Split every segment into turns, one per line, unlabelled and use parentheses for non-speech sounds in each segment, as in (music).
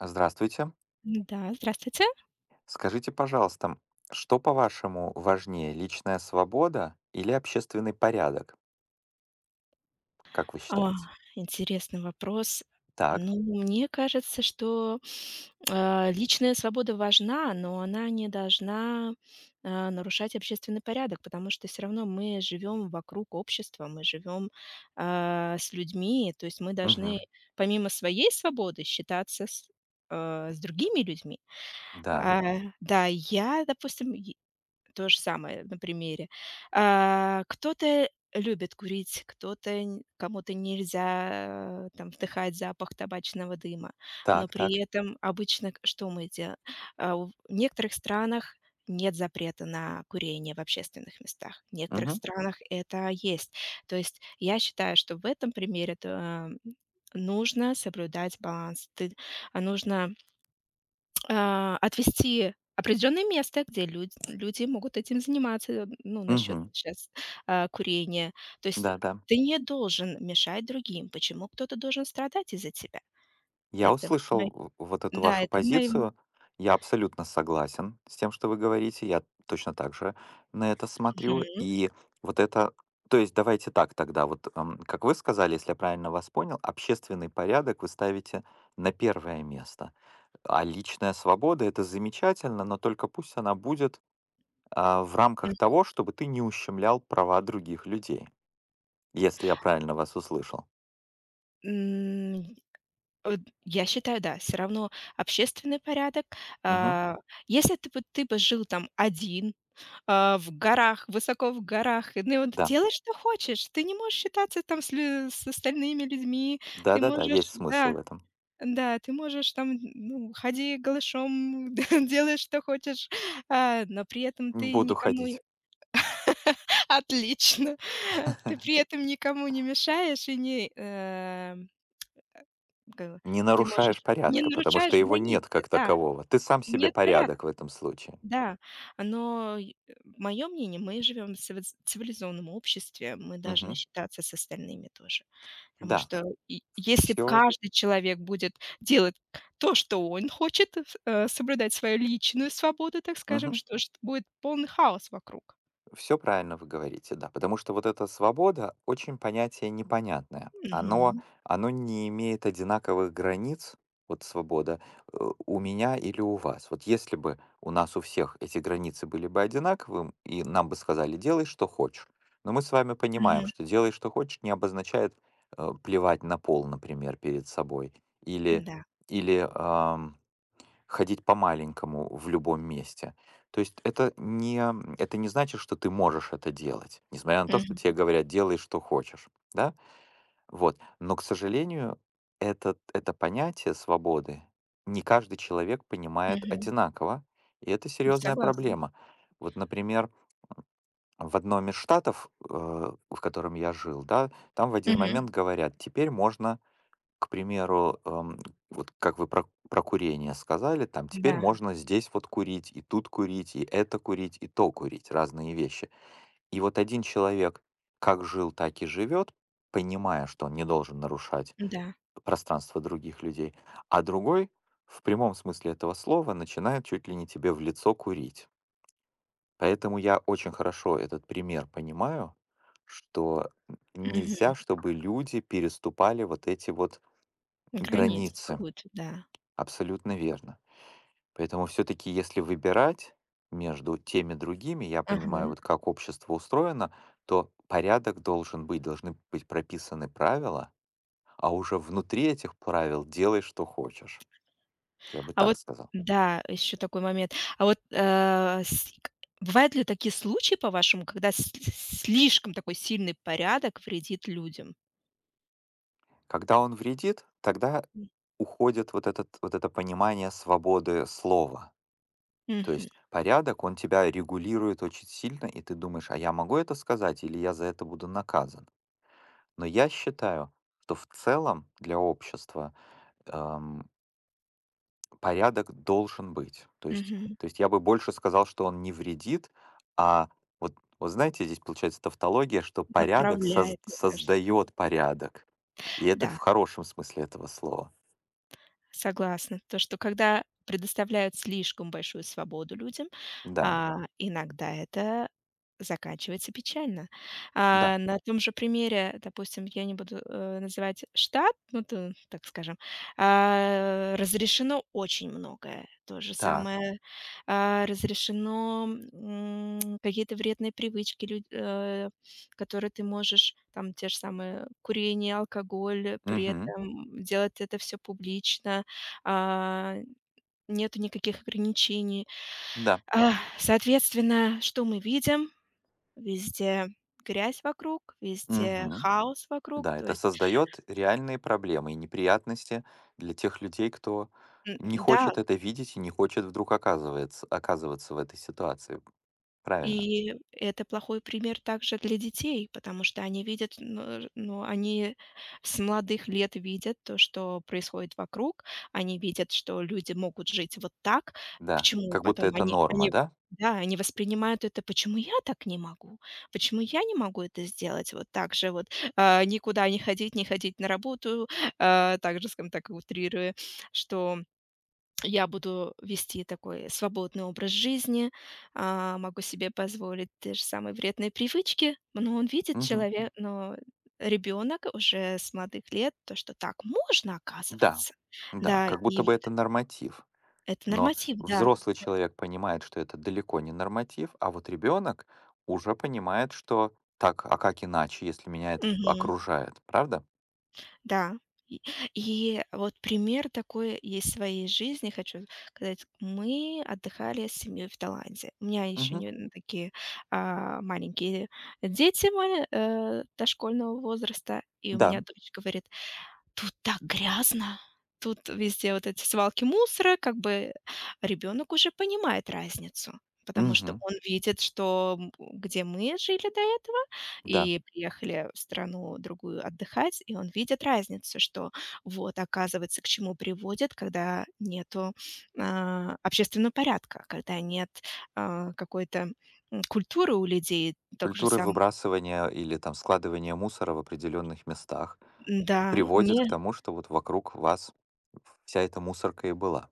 Здравствуйте.
Да, здравствуйте.
Скажите, пожалуйста, что, по-вашему, важнее, личная свобода или общественный порядок, как вы
А,
считаете?
интересный вопрос.
Так,
Ну, мне кажется, что, личная свобода важна, но она не должна, нарушать общественный порядок, потому что все равно мы живем вокруг общества, с людьми. То есть мы должны
мгм,
помимо своей свободы считаться с другими людьми.
да,
А, да, я, допустим, то же самое на примере. Кто-то любит курить, кто-то н кому-то нельзя, там, вдыхать запах табачного дыма, но
так,
при
так,
этом обычно к что мы делаем? В некоторых странах нет запрета на курение в общественных местах, в некоторых
мгм,
странах это есть. То есть я считаю, что в этом примере, нужно соблюдать баланс. Нужно отвести определённое место, где люди могут этим заниматься, ну, насчет
мгм,
сейчас курения. То есть,
да-да.
ты не должен мешать другим. Почему кто-то должен страдать из-за тебя?
Я
Это мои
услышал вот эту
да,
вашу
это в
позицию, я абсолютно согласен с тем, что вы говорите, я точно так же на это смотрю,
мгм,
и вот это, то есть давайте так тогда, вот как вы сказали, если я правильно вас понял, общественный порядок вы ставите на первое место. А личная свобода- это замечательно, но только пусть она будет, в рамках того, чтобы ты не ущемлял права других людей. Если я правильно вас услышал.
М, от я считаю, да, все равно общественный порядок.
Мгм.
А, если ты бы жил там один, в горах, высоко в горах. И, ну, и вот
Да.
делай, что хочешь. Ты не можешь считаться там с остальными людьми. Ты
Да-да-да, есть
можешь
смысл
Да,
в этом.
да, ты можешь там, ну, ходи голышом, (laughs) делай, что хочешь, но при этом ты
Буду
никому не-
ходить.
(laughs) Отлично. Ты при этом никому не мешаешь и не, как его,
Не
ты
нарушаешь
можешь не
порядка, потому
нарушаешь
что его нет
границы,
как
да.
такового. Ты сам себе
Нет порядка.
порядок в этом случае.
Да, но мое мнение, мы живем в цивилизованном обществе, мы должны
Мгм.
считаться с остальными тоже. Потому
Да,
что если б
все.
каждый человек будет делать то, что он хочет, соблюдать свою личную свободу, так скажем, что ж будет полный хаос вокруг.
Все правильно вы говорите, да. Потому что вот эта свобода очень понятие непонятное. Оно
Мгм.
оно не имеет одинаковых границ, вот свобода, э, у меня или у вас. Вот если бы у нас у всех эти границы были бы одинаковым, и нам бы сказали: "Делай, что хочешь". Но мы с вами понимаем,
Мгм.
что "делай, что хочешь" не обозначает, плевать на пол, например, перед собой или
Да.
или, ам, ходить по-маленькому в любом месте. То есть это не значит, что ты можешь это делать, несмотря на то, что
Мгм.
тебе говорят, делай, что хочешь, да? Вот. Но, к сожалению, это понятие свободы не каждый человек понимает
Мгм.
одинаково, и это серьезная
Согласна.
проблема. Вот, например, в одном из штатов, в котором я жил, да, там в один
Мгм.
момент говорят, теперь можно к примеру, вот как вы про курение сказали, там теперь
Да,
можно здесь вот курить, и тут курить, и это курить, и то курить, разные вещи. И вот один человек как жил, так и живет, понимая, что он не должен нарушать
да.
пространство других людей, а другой в прямом смысле этого слова начинает чуть ли не тебе в лицо курить. Поэтому я очень хорошо этот пример понимаю, что
Мгм.
нельзя, чтобы люди переступали вот эти вот
Границу
границы.
какую-то, да.
Абсолютно верно. Поэтому все таки если выбирать между теми другими, я понимаю,
Ага.
вот как общество устроено, то порядок должен быть, должны быть прописаны правила, а уже внутри этих правил делай, что хочешь. Я бы
А
так
вот,
сказал.
да, еще такой момент. А вот, э, с к бывают ли такие случаи, по-вашему, когда слишком такой сильный порядок вредит людям?
Когда он вредит, тогда уходит вот это понимание свободы слова. То
Мгм,
есть порядок, он тебя регулирует очень сильно, и ты думаешь, а я могу это сказать или я за это буду наказан? Но я считаю, что в целом для общества, ам, порядок должен быть. То есть
мгм.
то есть я бы больше сказал, что он не вредит, а вот знаете, здесь получается тавтология, что порядок Мгм. Соз
Направляет, мне кажется.
создаёт порядок. И это в
Да.
хорошем смысле этого слова.
Согласна. То, что когда предоставляют слишком большую свободу людям,
Да,
иногда это заканчивается печально.
да, да.
На том же примере, допустим, я не буду, называть штат, ну, так скажем, разрешено очень многое. То же
Так,
самое, разрешено, какие-то вредные привычки, которые ты можешь, там те же самые курение, алкоголь, при
мгм,
этом делать это все публично, а, нету никаких ограничений.
да,
А, соответственно, что мы видим? Везде грязь вокруг, везде
мгм.
хаос вокруг.
Да,
То
это
есть,
создает реальные проблемы и неприятности для тех людей, кто не
да.
хочет это видеть и не хочет вдруг оказываться в этой ситуации. Правильно.
И это плохой пример также для детей, потому что они видят, ну, они с молодых лет видят то, что происходит вокруг, они видят, что люди могут жить вот так.
Да.
Почему
Как будто
потом
это
они
норма,
они
да?
да, они воспринимают это: «Почему я так не могу? Почему я не могу это сделать?» Вот так же вот, никуда не ходить, не ходить на работу, также, скажем так, утрируя, что я буду вести такой свободный образ жизни, могу себе позволить те же самые вредные привычки, но он видит
Мгм.
человек, но ребенок уже с молодых лет, то, что так можно,
Да.
оказывается.
Да, да.
Да,
Как
и
будто бы
вот
это норматив.
это
Но
норматив, да.
взрослый человек понимает, что это далеко не норматив, а вот ребенок уже понимает, что так, а как иначе, если меня это
Мгм.
окружает, правда?
Да. И и вот пример такой есть в своей жизни, хочу сказать. Мы отдыхали с семьей в Таиланде. У меня еще
Мгм.
не н такие, маленькие дети мои, дошкольного возраста. И у меня
Да.
дочь говорит: «Тут так грязно. Тут везде вот эти свалки мусора», как бы ребенок уже понимает разницу, потому что
Мгм.
он видит, что, где мы жили до этого
Да.
и приехали в страну другую отдыхать, и он видит разницу, что вот оказывается, к чему приводит, когда нету общественного порядка, когда нет какой-то культуры у людей, так же
Культуры
самое,
выбрасывания или там складывания мусора в определенных местах
да, не
приводит к тому, что вот вокруг вас вся эта мусорка и была.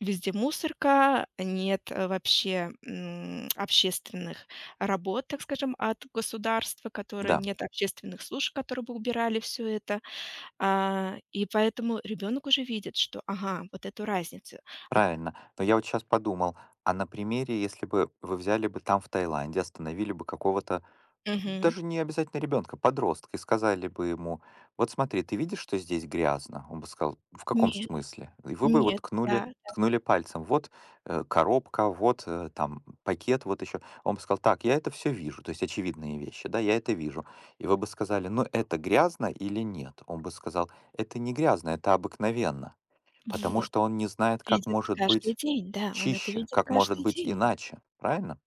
Везде мусорка, нет, вообще, общественных работ, так скажем, от государства, которые
Да,
нет общественных служб, которые бы убирали все это. И поэтому ребенок уже видит, что, ага, вот эту разницу. Ак
правильно. Но я вот сейчас подумал, а на примере, если бы вы взяли бы там в Таиланде, остановили бы какого-то.
Мгм.
Даже не обязательно ребенка, подростка, и сказали бы ему: "Вот смотри, ты видишь, что здесь грязно?" Он бы сказал: "В каком
Нет,
смысле?" И вы бы его
нет,
ткнули
да,
ткнули пальцем: "Вот, коробка, вот, там пакет, вот еще". Он бы сказал: "Так, я это все вижу". То есть очевидные вещи, да, я это вижу. И вы бы сказали: "Ну, это грязно или нет?" Он бы сказал: "Это не грязно, это обыкновенно". Потому
вот.
что он не знает, как
Видит
может
каждый
быть
день, да, он это
чище,
видит
как может
каждый
быть
день.
иначе. Правильно?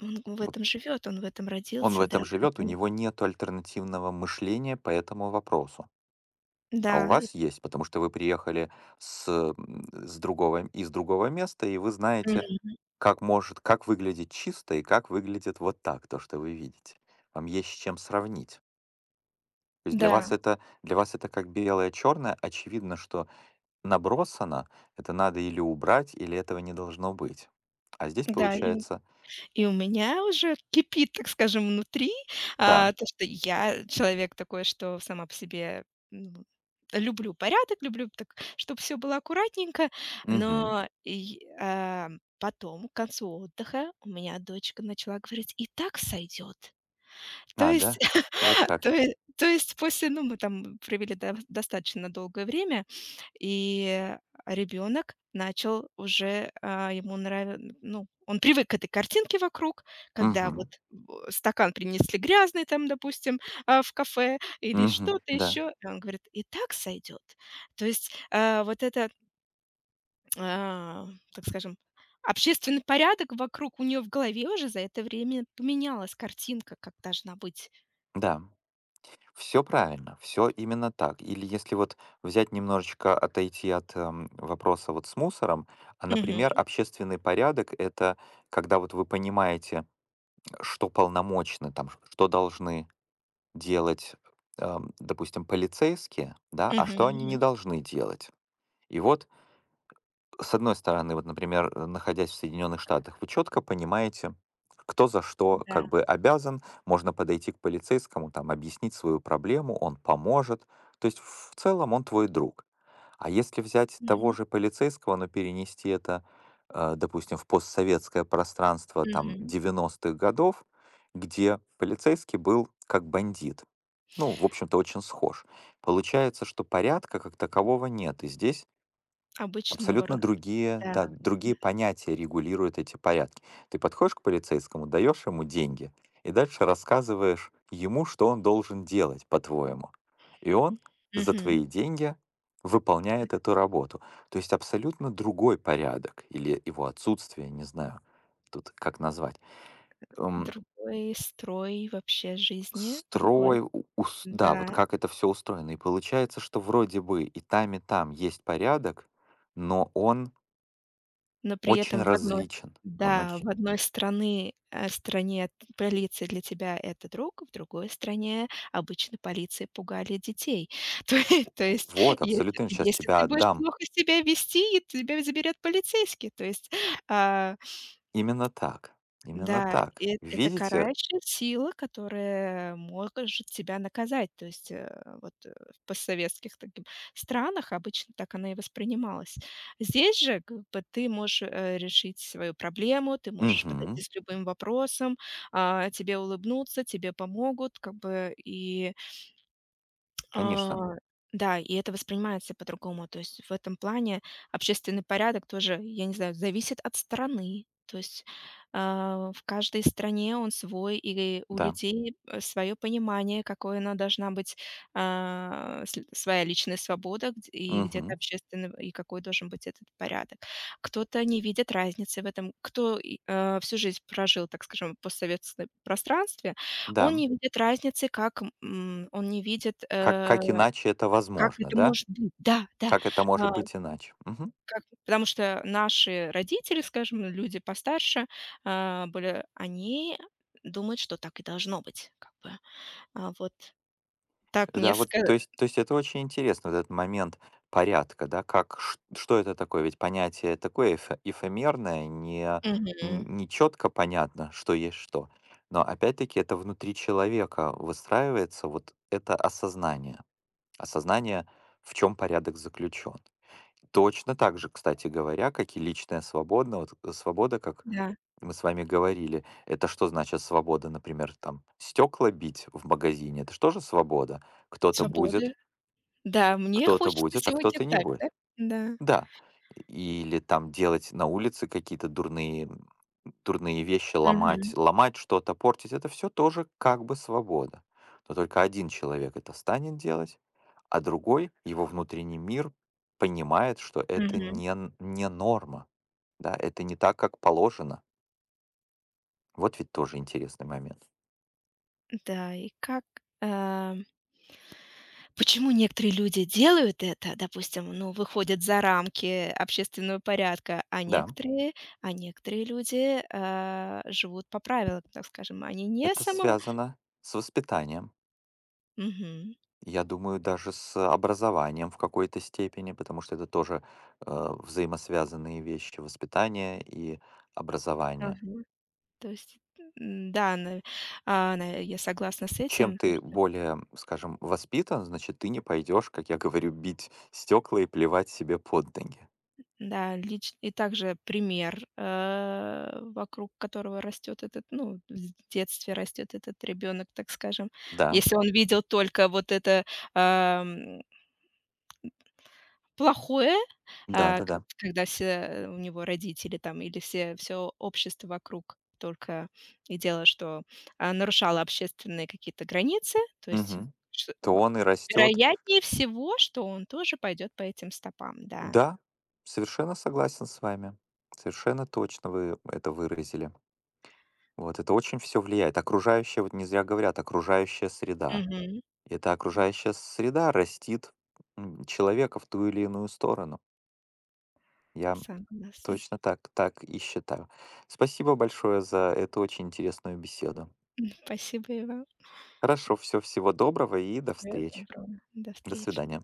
Он в этом живет, он в этом
Он в
родился, да,
этом живет, у
поэтому.
него нету альтернативного мышления по этому вопросу. А у
Да, и
вас есть, потому что вы приехали из другого места, и вы знаете,
мгм.
как выглядит чисто и как выглядит вот так, то, что вы видите. Вам есть с чем сравнить. То есть для
Да,
вас это, для вас это как белое-черное, очевидно, что набросано, это надо или убрать, или этого не должно быть. А здесь
да, и
получается,
И у меня уже кипит, так скажем, внутри,
да,
то, что я человек такой, что сама по себе, ну, люблю порядок, люблю так, чтобы все было аккуратненько,
мгм,
но и, потом к концу отдыха у меня дочка начала говорить: «И так сойдет». То
а,
есть
да, вот
(laughs)
как.
то есть после, ну, мы там провели дов достаточно долгое время, и ребенок начал уже, а, ему нрав ну, он привык к этой картинке вокруг, когда вот
Мгм.
в стакан принесли грязный там, допустим, в кафе или
Мгм.
что-то
Да,
еще, и он говорит: «И так сойдет». То есть, вот это, а, так скажем, общественный порядок вокруг у неё в голове уже за это время поменялась картинка, как должна быть.
да. Все правильно, все именно так. Или если вот взять немножечко отойти от, вопроса вот с мусором, а, например, общественный порядок- это когда вот вы понимаете, что полномочны, там, ш что должны делать, допустим, полицейские, да, а
Мгм,
что они не
мгм.
должны делать. И вот с одной стороны, вот, например, находясь в Соединенных Штатах, вы четко понимаете, кто за что
Да.
как бы обязан, можно подойти к полицейскому, там, объяснить свою проблему, он поможет. То есть в целом он твой друг. А если взять того
Мгм,
же полицейского, но перенести это, допустим, в постсоветское пространство там
мгм.
90-х годов, где полицейский был как бандит, ну, в общем-то, очень схож. Получается, что порядка как такового нет. И здесь.
Обычно,
Абсолютно
наоборот,
другие,
да.
да, другие
Мгм.
понятия регулируют эти порядки. Ты подходишь к полицейскому, даешь ему деньги и дальше рассказываешь ему, что он должен делать, по-твоему. И он за твои деньги выполняет эту работу. То есть абсолютно другой порядок или его отсутствие, не знаю, тут как назвать. Эм,
Другой строй вообще жизни, другой
Строй, да, вот
да,
как это все устроено. И получается, что вроде бы и там есть порядок, но он
но при
очень
этом в одной
различен. Он
да, в
очень.
одной стране полиция для тебя — это друг, в другой стране обычно полиции пугали детей. (laughs) То есть,
Вот,
если
абсолютно. Сейчас
если
тебя
ты будешь
отдам.
плохо себя вести, тебя заберет полицейский. То есть, а
Именно так, именно
да,
так.
и эт это
Видите?
карающая сила, которая может тебя наказать. То есть, вот, в постсоветских таким странах обычно так она и воспринималась. Здесь же как бы ты можешь, решить свою проблему, ты
Да.
можешь подойти
Мгм.
с любым вопросом, тебе улыбнутся, тебе помогут, как бы и а,
Конечно.
да, и это воспринимается по-другому. То есть в этом плане общественный порядок тоже, я не знаю, зависит от страны. То есть, в каждой стране он свой, и у
Да.
людей свое понимание, какое она должна быть, своя личная свобода, и где-то
Мгм.
общественный, и какой должен быть этот порядок. Кто-то не видит разницы в этом, всю жизнь прожил, так скажем, в постсоветском пространстве, он
Да.
не видит разницы, как, он не видит,
Как как иначе это
как
возможно,
это
да?
может быть. Да, да.
Как это может
А,
быть иначе? Мгм.
как потому что наши родители, скажем, люди постарше, были, они думают, что так и должно быть, как бы. А, вот так мне
Да, вот,
ска
то есть это очень интересно, вот этот момент порядка, да, как, ш что это такое? Ведь понятие такое эфемерное, не четко понятно, что есть что. Но опять-таки это внутри человека выстраивается вот это осознание. Осознание, в чем порядок заключен. Точно так же, кстати говоря, как и личная свобода, вот, свобода, как
Да,
мы с вами говорили. Это что значит свобода? Например, там стекла бить в магазине- это что же свобода. Кто-то будет,
свободы. Да, мне
кто-то
хочется
будет, а
сегодня
кто-то не
так, да?
будет.
Да.
Да. Или там делать на улице какие-то дурные вещи, ломать
Мгм,
ломать что-то, портить- это все тоже как бы свобода. Но только один человек это станет делать, а другой, его внутренний мир, понимает, что это
мгм.
не норма. Да, это не так, как положено. Вот ведь тоже интересный момент.
Да, и как, а почему некоторые люди делают это, допустим, ну, выходят за рамки общественного порядка, а
Да,
некоторые, люди, живут по правилам, так скажем. Они не
это
само
связано с воспитанием.
Мгм.
Я думаю, даже с образованием в какой-то степени, потому что это тоже взаимосвязанные вещи, воспитание и образование.
Ага. То есть, да, на а, на я согласна с
Чем
этим, то
ты
что
более, скажем, воспитан, значит, ты не пойдешь, как я говорю, бить стекла и плевать себе под ноги.
да, лич и также пример, вокруг которого растет этот, ну, в детстве растет этот ребенок, так скажем.
Да,
Если он видел только вот это, ам плохое,
да,
а,
да,
к
да.
когда все у него родители там или все общество вокруг только и дело, что, нарушало общественные какие-то границы, то есть,
Мгм.
что
То
во
он и растет.
вероятнее всего, что он тоже пойдет по этим стопам, да.
Да, совершенно согласен с вами. Совершенно точно вы это выразили. Вот это очень все влияет. Окружающая, вот не зря говорят, окружающая среда.
Мгм.
Это окружающая среда растит человека в ту или иную сторону. Я
Согласна.
точно так и считаю. Спасибо большое за эту очень интересную беседу.
Спасибо и вам.
Хорошо, все, всего доброго и до
Всего
встречи.
доброго. До
До
встречи.
свидания.